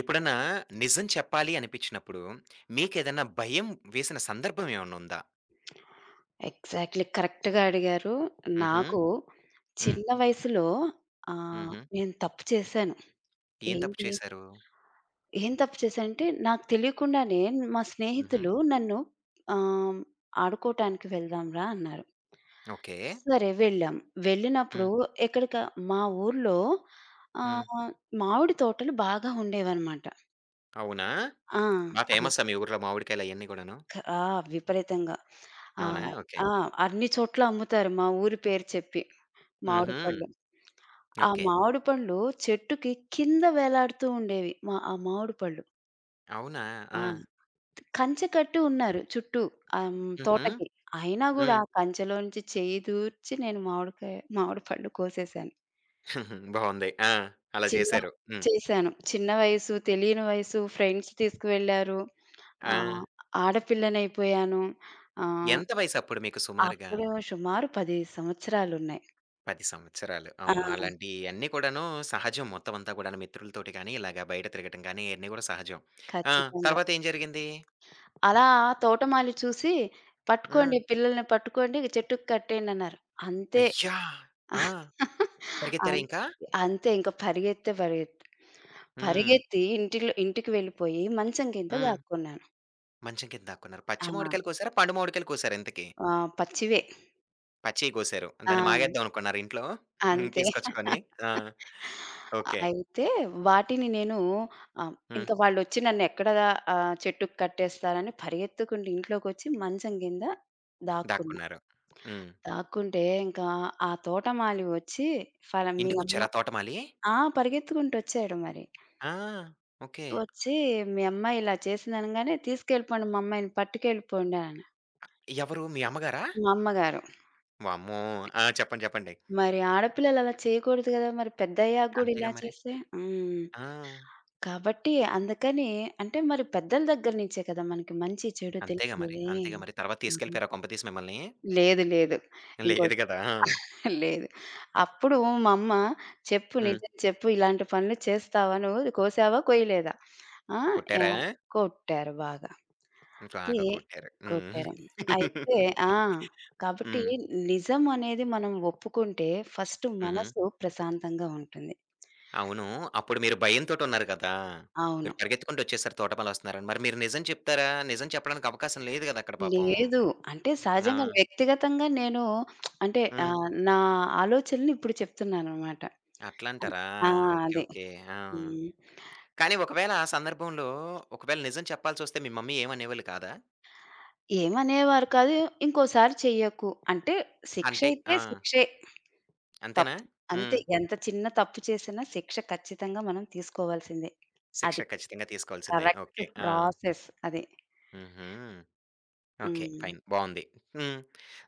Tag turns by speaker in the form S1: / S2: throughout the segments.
S1: ఎప్పుడన్నా నిజం చెప్పాలి అనిపించినప్పుడు మీకేదన్నా భయం వేసిన సందర్భం ఏమన్నా ఉందా?
S2: ఎగ్జాక్ట్‌లీ. కరెక్ట్‌గా అడిగారు.
S1: హుహు.
S2: నాకు
S1: హ్మ్.
S2: చిన్న వయసులో
S1: హుహు.
S2: నేను తప్పు చేశాను.
S1: ఏం తప్పు
S2: ఏంటి?
S1: చేశారు?
S2: ఏం తప్పు చేశానంటే, నాకు తెలియకుండానే మా
S1: హుహు.
S2: స్నేహితులు నన్ను ఆహ్, ఆడుకోటానికి వెళ్దాం రా అన్నారు.
S1: ఓకే.
S2: సరే వెళ్ళాం. వెళ్ళినప్పుడు
S1: హ్మ్.
S2: ఎక్కడిక మా ఊర్లో
S1: హ్మ్.
S2: ఆహ్, మామిడి తోటలు బాగా ఉండేవనమాట.
S1: అవునా?
S2: ఆ!
S1: బా
S2: అవి
S1: ఫేమస్సా మీ ఊర్లో మామిడికాయలు అయన్నీ గూడాను?
S2: క ఆ! విపరీతంగా.
S1: అవునా?
S2: ఆహ్,
S1: ఓకే.
S2: ఆ! అన్ని చోట్ల అమ్ముతారు మా ఊరి పేరు చెప్పి. మామిడి
S1: హుహు.
S2: పళ్ళు. ఆ
S1: ఓకే.
S2: మామిడి పండ్లు చెట్టుకి కింద వేలాడుతూ ఉండేవి. మా ఆ మామిడి పళ్ళు.
S1: అవునా? ఆ!
S2: ఆ! కంచె కట్టి ఉన్నారు చుట్టూ
S1: హుహు.
S2: తోటకి. అయినా గూడా
S1: హ్మ్.
S2: ఆ కంచెలోంచి చెయ్యి దూర్చి నేను మామిడి పళ్ళు కోసేసాను.
S1: బావుంది. ఆ! అలా
S2: చిన్న
S1: చేశారు. హ్మ్.
S2: చేశాను. చిన్న వయసు, తెలియని వయసు, ఫ్రెండ్స్ తీసుకువెళ్లారు.
S1: ఆ!
S2: ఆహ్, ఆడపిల్లనైపోయాను. ఆహ్,
S1: ఎంత వయసప్పుడు మీకు సుమారుగా?
S2: అప్పుడు సుమారు 10 సంవత్సరాలున్నాయి.
S1: 10 సంవత్సరాలు.
S2: ఆ!
S1: అవును. అలాంటియన్నీ కూడాను సహజం మొత్తం అంతా కూడాను మిత్రులతోటి గాని, ఇలాగ బయట తిరగటం గాని ఇయన్నీ గూడా సహజం. ఆ!
S2: ఖచ్చితంగా.
S1: తర్వాతేం జరిగింది?
S2: అలా తోటమాలి చూసి, "పట్టుకోండి
S1: హ్మ్.
S2: పిల్లల్ని పట్టుకోండి, చెట్టుకి కట్టేయండన్నారు." అంతే.
S1: అయ్యా! ఆ! పరిగెత్తారా
S2: అన్
S1: ఇంకా?
S2: అంతే ఇంక పరిగెత్తే పరిగెత్తు.
S1: హ్మ్.
S2: పరిగెత్తి ఇంటికి వెళ్ళిపోయి మంచం కింద
S1: హ్మ్.
S2: దాక్కున్నాను.
S1: మంచం కింద దాక్కున్నారు. పచ్చి
S2: ఆ!
S1: మామిడికాయలు కోసారా? పండు మామిడికాయలు కోసారా ఇంతకి?
S2: ఆ! పచ్చివే.
S1: పచ్చియి కోసారు.
S2: ఆ!
S1: దాన్ని మాగేద్దాం అనుకున్నారా ఇంట్లో? హ్మ్.
S2: అంతే.
S1: తీసుకొచ్చుకొని. ఆ! ఓకే.
S2: అయితే వాటిని నేను ఆహ్,
S1: హ్మ్.
S2: ఇంక వాళ్ళొచ్చి నన్నెక్కడ చెట్టుకి కట్టేస్తారని పరిగెత్తుకుంటూ ఇంట్లోకొచ్చి మంచం కింద దాక్కున్నా.
S1: దాక్కున్నారు. హ్మ్.
S2: దాక్కుంటే ఇంకా ఆ తోటమాలి వచ్చి మీ అమ్మ
S1: ఇంటికొచ్చారా తోటమాలి?
S2: ఆ! పరిగెత్తుకుంటొచ్చాడు మరి.
S1: ఆ! ఓకే.
S2: వచ్చి మీ అమ్మాయి ఇలా చేసిందనంగానే తీసుకెళ్ళిపోండి మా అమ్మాయిని పట్టుకెళ్ళిపోండి అన.
S1: ఎవరు మీ అమ్మగారా?
S2: మా అమ్మగారు.
S1: వామ్మో! ఆ! చెప్పండి. చెప్పండి.
S2: మరి ఆడపిల్లలు అలా చేయకూడదు గదా! మరి పెద్దయ్యాక గూడా
S1: అంతేగా
S2: ఇలా
S1: మరి.
S2: చేస్తే హ్మ్.
S1: ఆ!
S2: కాబట్టి అందుకని అంటే మరి పెద్దల దగ్గర నుంచే కదా! మనకి మంచి చెడు
S1: అంతేగా మరి.
S2: తెలిసేది.
S1: అంతేగా మరి. తర్వాత
S2: ఆ!
S1: తీసుకెళ్ళిపోయారా కొంపదీసి మిమ్మల్ని?
S2: లేదు. లేదు. ఇంకోస
S1: లేదు గదా! ఆ!
S2: లేదు. అప్పుడు మా అమ్మ చెప్పు
S1: హ్మ్.
S2: నిజం చెప్పు ఇలాంటి పనులు చేస్తావా నువ్వు? కోసావా? కొయ్యలేదా? ఆ!
S1: కొట్టారా?
S2: యాహ్! కొట్టారు బాగా. అయితే
S1: బాగా కొట్టారు. హ్మ్.
S2: కొట్టారు. అయితే ఆ! కాబట్టి
S1: హ్మ్.
S2: నిజం అనేది మనం ఒప్పుకుంటే ఫస్ట్
S1: హుహు.
S2: మనసు ప్రశాంతంగా ఉంటుంది.
S1: అవును. అప్పుడు మీరు భయంతోటున్నారు గదా!
S2: అవును.
S1: మీరు పరిగెత్తుకుంటొచ్చేసారు తోటమాలొస్తున్నారని. మరి మీరు నిజం చెప్తారా? నిజం చెప్పడానికి అవకాశం లేదు గదా అక్కడ పాపం.
S2: లేదు. అంటే
S1: ఆ!
S2: సహజంగా వ్యక్తిగతంగా నేను అంటే
S1: హ్మ్.
S2: నా ఆలోచనలు ఇప్పుడు చెప్తున్నాననమాట. అన్
S1: అట్లంటారా?
S2: ఆ!
S1: ఓకే.
S2: అదే.
S1: ఓకే. ఆ!
S2: హ్మ్.
S1: కానీ ఒకవేళ ఆ సందర్భంలో ఒకవేళ నిజం చెప్పాల్సొస్తే మీ మమ్మీ ఏమనేవాళ్ళు కాదా?
S2: ఏమనేవారు కాదు. ఇంకోసారి చెయ్యకు. అంటే
S1: అంటే
S2: శిక్షయితే
S1: ఆ!
S2: శిక్షే.
S1: అంతేనా?
S2: తప్పు అంతే.
S1: హ్మ్.
S2: ఎంత చిన్న తప్పు చేసినా శిక్ష ఖచ్చితంగా మనం తీసుకోవాల్సిందే.
S1: శిక్ష
S2: అది
S1: ఖచ్చితంగా తీసుకోవాల్సిందే.
S2: Correct
S1: okay. ఆ!
S2: ప్రాసెస్ అది.
S1: హుహు. ఓకే.
S2: హ్మ్.
S1: ఫైన్. బావుంది. హ్మ్.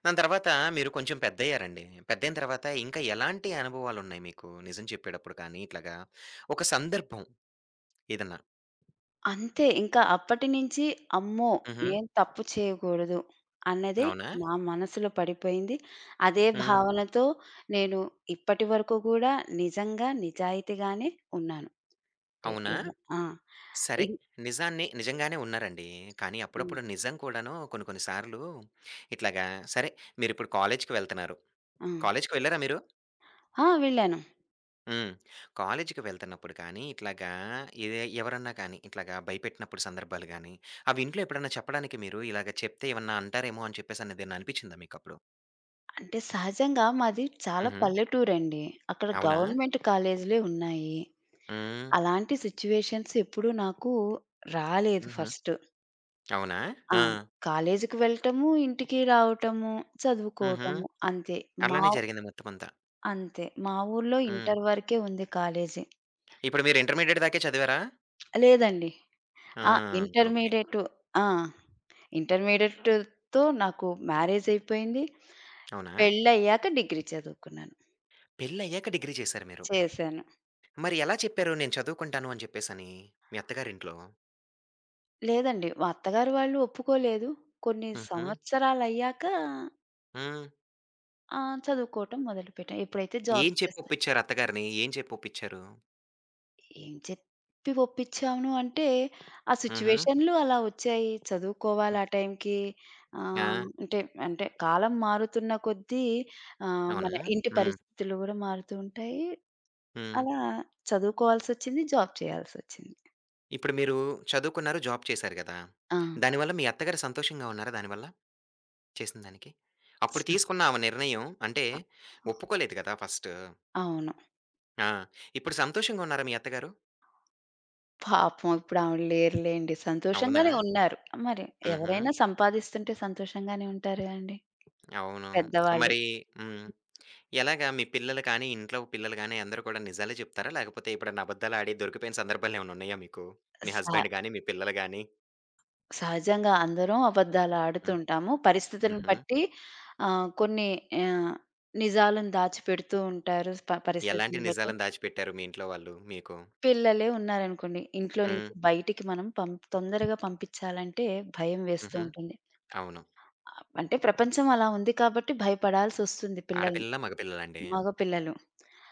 S1: దాని తర్వాత మీరు కొంచెం పెద్దయ్యారండి. పెద్దయిన తర్వాత ఇంకా ఎలాంటి అనుభవాలున్నాయి మీకు? నిజం చెప్పేటప్పుడు కానీ ఇట్లాగా ఒక సందర్భం ఏదన్నా?
S2: అంతే. ఇంకా అప్పటి నుంచి అమ్మో!
S1: హుహు.
S2: నేను తప్పు చేయకూడదు అన్నదే
S1: అవునా?
S2: నా మనసులో పడిపోయింది. అదే
S1: హ్మ్.
S2: భావనతో నేను ఇప్పటి వరకు కూడా నిజంగా నిజాయితీగానే ఉన్నాను. అంటే
S1: అవునా?
S2: ఆ! ఇ
S1: సరే. నిజాన్ని నిజంగానే ఉన్నారండి. కానీ
S2: హ్మ్.
S1: అప్పుడప్పుడు నిజం కూడాను కొన్ని కొన్ని సార్లు ఇట్లాగా సరే మీరిప్పుడు కాలేజ్‌కి వెళ్తున్నారు.
S2: ఆ!
S1: కాలేజ్‌కి వెళ్లారా మీరు?
S2: ఆ! వెళ్ళాను.
S1: హ్మ్. కాలేజీకి వెళ్తున్నప్పుడు కానీ, ఇట్లాగా ఎ ఎవరన్నా కానీ ఇట్లాగా భయపెట్టినప్పుడు సందర్భాలు గానీ, అవి ఇంట్లో ఎప్పుడన్నా చెప్పడానికి మీరు ఇలాగ చెప్తే ఏమన్నా అంటారేమో అని చెప్పేసనేదేమన్నా అనిపిచ్చిందా మీకప్పుడు?
S2: అంటే సహజంగా మాది చాలా
S1: హుహు.
S2: పల్లెటూరండి. అక్కడ
S1: అవునా?
S2: గవర్నమెంట్ కాలేజీలే ఉన్నాయి.
S1: హ్మ్.
S2: అలాంటి సిట్యుయేషన్స్ ఎప్పుడూ నాకు రాలేదు
S1: హుహు.
S2: ఫస్ట్.
S1: అవునా?
S2: ఆ!
S1: ఆ!
S2: కాలేజీకి వెళ్ళటము, ఇంటికి రావటము,
S1: హుహు.
S2: చదువుకోవటము అంతే. మా
S1: అలానే జరిగింది మొత్తమంతా.
S2: అంతే. మా ఊర్లో
S1: హ్మ్.
S2: ఇంటర్ వరకే ఉంది కాలేజీ.
S1: ఇప్పుడు మీరు ఇంటర్మీడియేట్ దాకే చదివారా?
S2: లేదండి.
S1: ఆ!
S2: ఆ!
S1: ఓకే.
S2: ఇంటర్మీడియేట్ ఆ! ఇంటర్మీడియేట్‌తో నాకు మ్యారేజ్ అయిపోయింది.
S1: అవునా?
S2: పెళ్ళయ్యాక డిగ్రీ చదువుకున్నాను.
S1: పెళ్లయ్యాక డిగ్రీ చేశారు మీరు.
S2: చేశాను.
S1: మరి ఎలా చెప్పారు నేను చదువుకుంటాను అని చెప్పేసని మీ అత్తగారింట్లో?
S2: లేదండి. మా అత్తగారు వాళ్ళు ఒప్పుకోలేదు. కొన్ని
S1: హుహు.
S2: సంవత్సరాలయ్యాక
S1: హ్మ్.
S2: ఆ! చదువుకోవటం మొదలుపెట్టాం. ఎప్పుడైతే జాబ్
S1: ఏం
S2: చేస్తా
S1: చెప్పొప్పిచ్చారు అత్తగారిని? ఏం చెప్పొప్పిచ్చారు?
S2: ఏం చెప్పి ఒప్పించాను అంటే, ఆ
S1: హుహు.
S2: సిట్యుయేషన్‌లు అలా వచ్చాయి. చదువుకోవాలి
S1: హ్మ్.
S2: ఆ టైంకి.
S1: ఆ!
S2: ఆహ్, అంటే, అంటే కాలం మారుతున్న కొద్దీ మన
S1: అవునా?
S2: ఇంటి
S1: హ్మ్.
S2: పరిస్థితులు గూడా మారుతూ ఉంటాయి.
S1: హ్మ్.
S2: అలా చదువుకోవాల్సొచ్చింది. జాబ్ చేయాల్సొచ్చింది.
S1: ఇప్పుడు మీరు చదువుకున్నారు, జాబ్ చేశారు గదా!
S2: ఆ!
S1: దానివల్ల మీ అత్తగారు సంతోషంగా ఉన్నారా దానివల్ల? చేసిన దానికి?
S2: స
S1: అప్పుడు తీసుకున్న ఆమె నిర్ణయం అంటే ఒప్పుకోలేదు గదా! ఫస్టు.
S2: అవును.
S1: ఆ! ఇప్పుడు సంతోషంగా ఉన్నారా మీ అత్తగారు?
S2: పాపం ఇప్పుడావిడ లేరులేండి.
S1: అవునా?
S2: సంతోషంగానే ఉన్నారు. మరి
S1: హుహు.
S2: ఎవరైనా సంపాదిస్తుంటే సంతోషంగానే ఉంటారు గదండీ.
S1: అవును.
S2: పెద్దవాళ్ళు.
S1: మరి హ్మ్. ఎలాగా మీ పిల్లలు కానీ, ఇంట్లో పిల్లలు గానీ అందరూ కూడా నిజాలే చెప్తారా? లేకపోతే ఎప్పుడన్నా అబద్దాలాడి దొరికిపోయిన సందర్భాలేమన్నున్నాయా మీకు? మీ
S2: సహ
S1: హస్బెండ్ గాని, మీ పిల్లలు గాని?
S2: సహజంగా అందరం
S1: హ్మ్.
S2: అబద్ధాలాడుతుంటాము. పరిస్థితులను
S1: హుహు.
S2: బట్టి కొన్ని ఆహ్, నిజాలను దాచిపెడుతూ ఉంటారు
S1: ఎలాంటి
S2: పరిస్థితిని బట్టి.
S1: నిజాలను దాచిపెట్టారు మీ ఇంట్లో వాళ్ళు మీకు?
S2: పిల్లలే ఉన్నారనుకోండి. ఇంట్లో నుంచి
S1: హ్మ్.
S2: బయటికి మనం తొందరగా పంపిచ్చాలంటే భయం వేస్తూ
S1: హుహు.
S2: ఉంటుంది.
S1: అవును.
S2: అంటే ప్రపంచం అలా ఉంది కాబట్టి భయపడాల్సొస్తుంది పిల్లల్ని.
S1: ఆడపిల్లలా? మగపిల్లలా అండి?
S2: మగ పిల్లలు.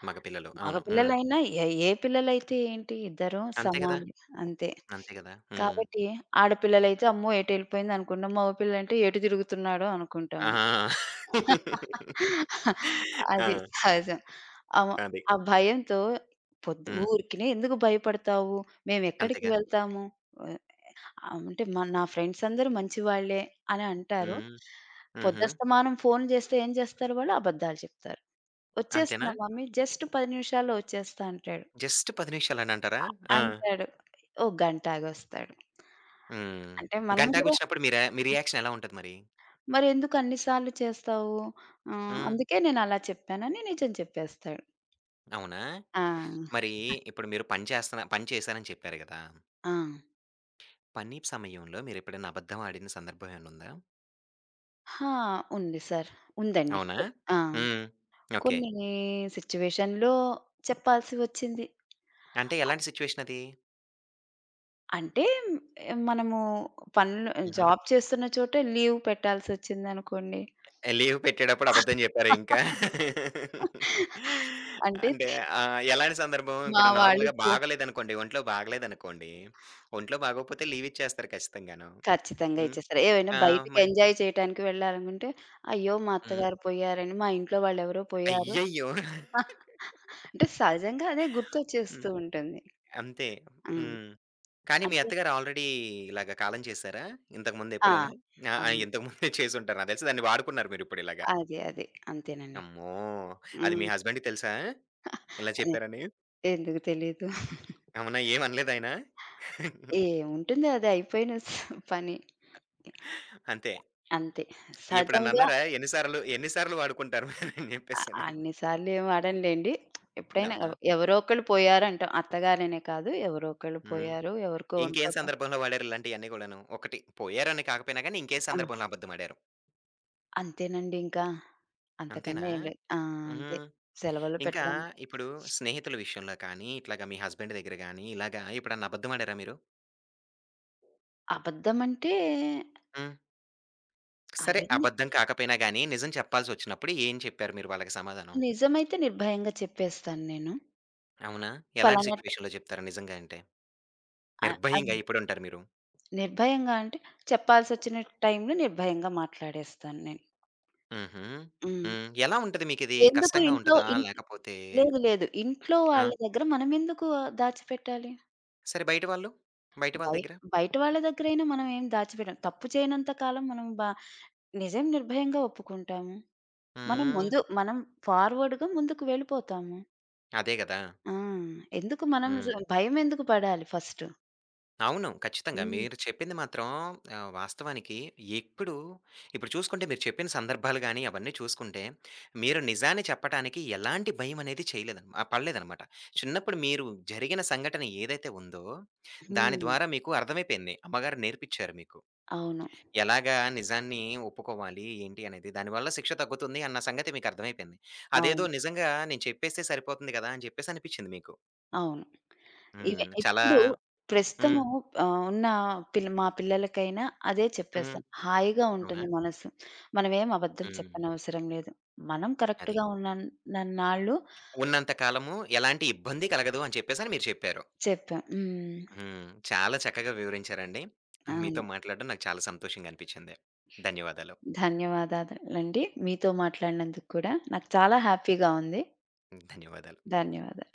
S1: మగపిల్లలు.
S2: మగ
S1: అవును. హ్మ్.
S2: పిల్లలైనా ఏ ఏ పిల్లలైతే ఏంటి ఇద్దరు
S1: అంతే కదా!
S2: సమానలే. అంతే.
S1: అంతే కదా! హ్మ్.
S2: కాబట్టి ఆడపిల్లలైతే అమ్మో! ఎటెళ్ళిపోయిందనుకుంటాం. మగ పిల్లలంటే ఎటు తిరుగుతున్నాడో అనుకుంటాము.
S1: ఆ!
S2: అది
S1: ఆ!
S2: సహజం. ఆమ
S1: అది.
S2: ఆ భయంతో పొద్దు
S1: హ్మ్.
S2: ఊరికినే ఎందుకు భయపడతావు? మేమెక్కడికి
S1: అంతేగా!
S2: వెళ్తాము? ఆహ్, అంటే మ నా ఫ్రెండ్స్ అందరూ మంచివాళ్ళే అని అంటారు.
S1: హ్మ్. హుహు.
S2: పొద్దస్తమానం ఫోన్ జేస్తే ఏం జేస్తారు వాళ్ళు? అబద్దాలు చెప్తారు.
S1: అంతేనా?
S2: "వచ్చేస్తున్నా మమ్మీ. జస్ట్ 10 నిమిషాల్లో వచ్చేస్తా" అంటాడు.
S1: జస్ట్ 10 నిమిషాలనంటారా? ఆ!
S2: అంటాడు. ఓ గంట ఆగొస్తాడు.
S1: హ్మ్.
S2: అంటే మనం గూడా
S1: గంటాకొచ్చినప్పుడు మీ రియాక్షన్ ఎలా ఉంటది మరి?
S2: మరెందుకు అన్ని సార్లు చేస్తావు?
S1: హ్మ్.
S2: అందుకే నేనలా చెప్పానని నిజం చెప్పేస్తాడు.
S1: అవునా?
S2: ఆ!
S1: మరి ఇప్పుడు మీరు పని చేశానని చెప్పారు గదా!
S2: ఆ!
S1: పని సమయంలో మీరెప్పుడైనా అబద్ధం ఆడిన సందర్భం ఏమన్నుందా?
S2: ఆ! ఉంది సార్. ఉందండి.
S1: అవునా?
S2: ఆ!
S1: హ్మ్. ఓకే.
S2: కొన్ని సిట్యుయేషన్‌లో చెప్పాల్సి వచ్చింది.
S1: అంటే ఎలాంటి సిట్యుయేషన్ అది?
S2: అంటే మ్, మనము పనులు
S1: హుహు.
S2: జాబ్ చేస్తున్న చోటే లీవ్ పెట్టాల్సొచ్చిందనుకోండి.
S1: లీవ్ పెట్టేటప్పుడు అబద్ధం జెప్పారు ఇంకా.
S2: అంటే
S1: అంటే ఆహ్, ఎలాంటి సందర్భం?
S2: మా
S1: ఇప్పుడు
S2: వాళ్ళు
S1: నార్మల్‌గా
S2: పో
S1: బాగోలేదనుకోండి, ఒంట్లో బాగోలేదనుకోండి, ఒంట్లో బాగోకపోతే లీవ్ ఇచ్చేస్తారు ఖచ్చితంగాను.
S2: ఖచ్చితంగా
S1: హ్మ్.
S2: ఇచ్చేస్తారు. ఏవైనా
S1: ఆ!
S2: బయటకి
S1: మరి
S2: ఎంజాయ్ చేయటానికి వెళ్ళాలనుకుంటే, అయ్యో! మా
S1: హ్మ్.
S2: అత్తగారు పోయారని, మా ఇంట్లో వాళ్ళెవరో పోయారు.
S1: అయ్యయ్యో!
S2: ఆహ్, అంటే సహజంగా అదే
S1: హ్మ్.
S2: గుర్తొచ్చేస్తూ ఉంటుంది.
S1: అంతే.
S2: హ్మ్.
S1: హ్మ్. కానీ మీ
S2: అంటే
S1: అత్తగారు ఆల్రెడీ ఇలాగ కాలం చేసారా? ఇంతకు ముందు
S2: ఆ!
S1: ఎప్పుడైనా? ఆ! ఆ!
S2: అవును.
S1: ఇంతకు ముందే చేసుంటారు. నాకు తెలిసి దాన్ని వాడుకున్నారు మీరిప్పుడు ఇలాగ.
S2: అదే. అదే. అంతేనండి.
S1: అమ్మో! అది మీ
S2: హ్మ్.
S1: హస్బెండ్‌కి తెలుసా? ఇలా
S2: అదే.
S1: చెప్పారని.
S2: ఎందుకు తెలీదు.
S1: అవునా! ఏమనలేదాయన?
S2: ఏముంటుంది అది అయిపోయిన పని.
S1: అంతే.
S2: అంతే.
S1: ఎప్పుడన్నా
S2: సహజంగా
S1: అన్నారా? ఎన్ని సార్లు వాడుకుంటారు మీరు అని చెప్పేసని.
S2: అన్ని సార్లు ఏం వాడంలేండి. ఎప్పుడైనా
S1: ఆహా!
S2: ఎవరో ఒకళ్ళు పోయారంటాం. అత్తగారనే కాదు. ఎవరో ఒకళ్ళు
S1: హ్మ్.
S2: పోయారు. ఎవరికో ఒంట్లో
S1: ఇంకేం
S2: బా
S1: సందర్భంలో వాడారు ఇలాంటియన్నీ గూడాను? ఒకటి పోయారని కాకపోయినా గానీ, ఇంకే
S2: ఆ!
S1: సందర్భంలో అబద్ధమాడారు.
S2: అంతేనండి ఇంకా.
S1: అంతేనా?
S2: అంతకన్నా ఏం లేదు. ఆ! అంతే.
S1: హ్మ్.
S2: సెలవులు
S1: ఇంకా
S2: పెట్టడం.
S1: ఇప్పుడు స్నేహితుల విషయంలో కానీ, ఇట్లాగా మీ హస్బెండ్ దగ్గర గానీ, ఇలాగా ఎప్పుడన్నా అబద్ధమాడారా మీరు?
S2: అబద్ధమంటే
S1: హ్మ్. సరే
S2: అదే ని
S1: అబద్ధం కాకపోయినా గానీ, నిజం చెప్పాల్సొచ్చినప్పుడు ఏం చెప్పారు మీరు వాళ్ళకి సమాధానం?
S2: నిజమైతే నిర్భయంగా చెప్పేస్తాను నేను.
S1: అవునా? ఎలాంటి
S2: ఫలానా ట్
S1: సిట్యుయేషన్‌లో చెప్తారు నిజంగా అంటే?
S2: అ అది
S1: నిర్భయంగా ఇప్పుడుంటారు మీరు.
S2: నిర్భయంగా అంటే చెప్పాల్సొచ్చిన టైంలో నిర్భయంగా మాట్లాడేస్తాను నేను.
S1: హుహు.
S2: హ్మ్.
S1: హ్మ్. ఎలా ఉంటది మీకిది?
S2: ఎందుకు
S1: కష్టంగా
S2: ఇంట్లో
S1: ఉంటదా?
S2: ఇన్
S1: లేకపోతే
S2: లేదు లేదు. ఇంట్లో వాళ్ళ
S1: ఆ!
S2: దగ్గర మనమెందుకు దాచిపెట్టాలి?
S1: సరే బయట వాళ్ళు? బయట వాళ్ళ
S2: బయ
S1: దగ్గర?
S2: బయట వాళ్ళ దగ్గరైనా మనం ఏం దాచిపెట్టం. తప్పు చేయనంత కాలం మనం బా నిజం నిర్భయంగా ఒప్పుకుంటాము.
S1: హ్మ్.
S2: మనం ఫార్వర్డ్‌గా ముందుకు వెళ్ళిపోతాము.
S1: అదే గదా!
S2: ఆ! ఎందుకు మనం
S1: హ్మ్.
S2: భయమెందుకు పడాలి ఫస్ట్?
S1: అవును. ఖచ్చితంగా.
S2: హ్మ్.
S1: మీరు చెప్పింది మాత్రం ఆహ్, వాస్తవానికి ఎప్పుడు ఇప్పుడు చూసుకుంటే మీరు చెప్పిన సందర్భాలు గాని, అవన్నీ చూసుకుంటే, మీరు నిజాన్ని చెప్పటానికి ఎలాంటి భయమనేది ఆహ్, పడలేదనమాట. చిన్నప్పుడు మీరు జరిగిన సంఘటన ఏదైతే ఉందో, దాని
S2: హ్మ్.
S1: ద్వారా మీకు అర్థమైపోయింది. అమ్మగారు నేర్పిచ్చారు మీకు.
S2: అవును.
S1: ఎలాగా నిజాన్ని ఒప్పుకోవాలి ఏంటి అనేది దానివల్ల శిక్ష తగ్గుతుంది అన్న సంగతి మీకు అర్థమైపోయింది.
S2: అవును.
S1: అదేదో నిజంగా నేను చెప్పేస్తే సరిపోతుంది గదా! అని చెప్పేసి అనిపిచ్చింది మీకు.
S2: అవును.
S1: హ్మ్.
S2: ఇవే
S1: చాలా
S2: ఇప్పుడు
S1: హ్మ్.
S2: ప్రస్తుతము ఉన్న మా పిల్లలకైనా అదే
S1: హ్మ్.
S2: చెప్పేస్తాను. హాయిగా
S1: అవునా?
S2: ఉంటుంది మనసు. మనమేం అబద్ధం
S1: హ్మ్.
S2: చెప్పనవసరం లేదు. మనం
S1: అది.
S2: కరెక్ట్‌గా ఉన్న నన్నాళ్ళు
S1: ఉన్నంత కాలము ఎలాంటి ఇబ్బంది కలగదు అని చెప్పేసని మీరు చెప్పారు.
S2: చెప్పాం. హ్మ్.
S1: హ్మ్. చాలా చక్కగా వివరించారండి. మీతో
S2: అవును.
S1: మాట్లాడడం నాకు చాలా సంతోషంగా అనిపిచ్చింది. ధన్యవాదాలు.
S2: ధన్యవాదాలండి. మీతో మాట్లాడినందుకు కూడా నాకు చాలా హ్యాపీగా ఉంది.
S1: ధన్యవాదాలు.
S2: ధన్యవాదాలు.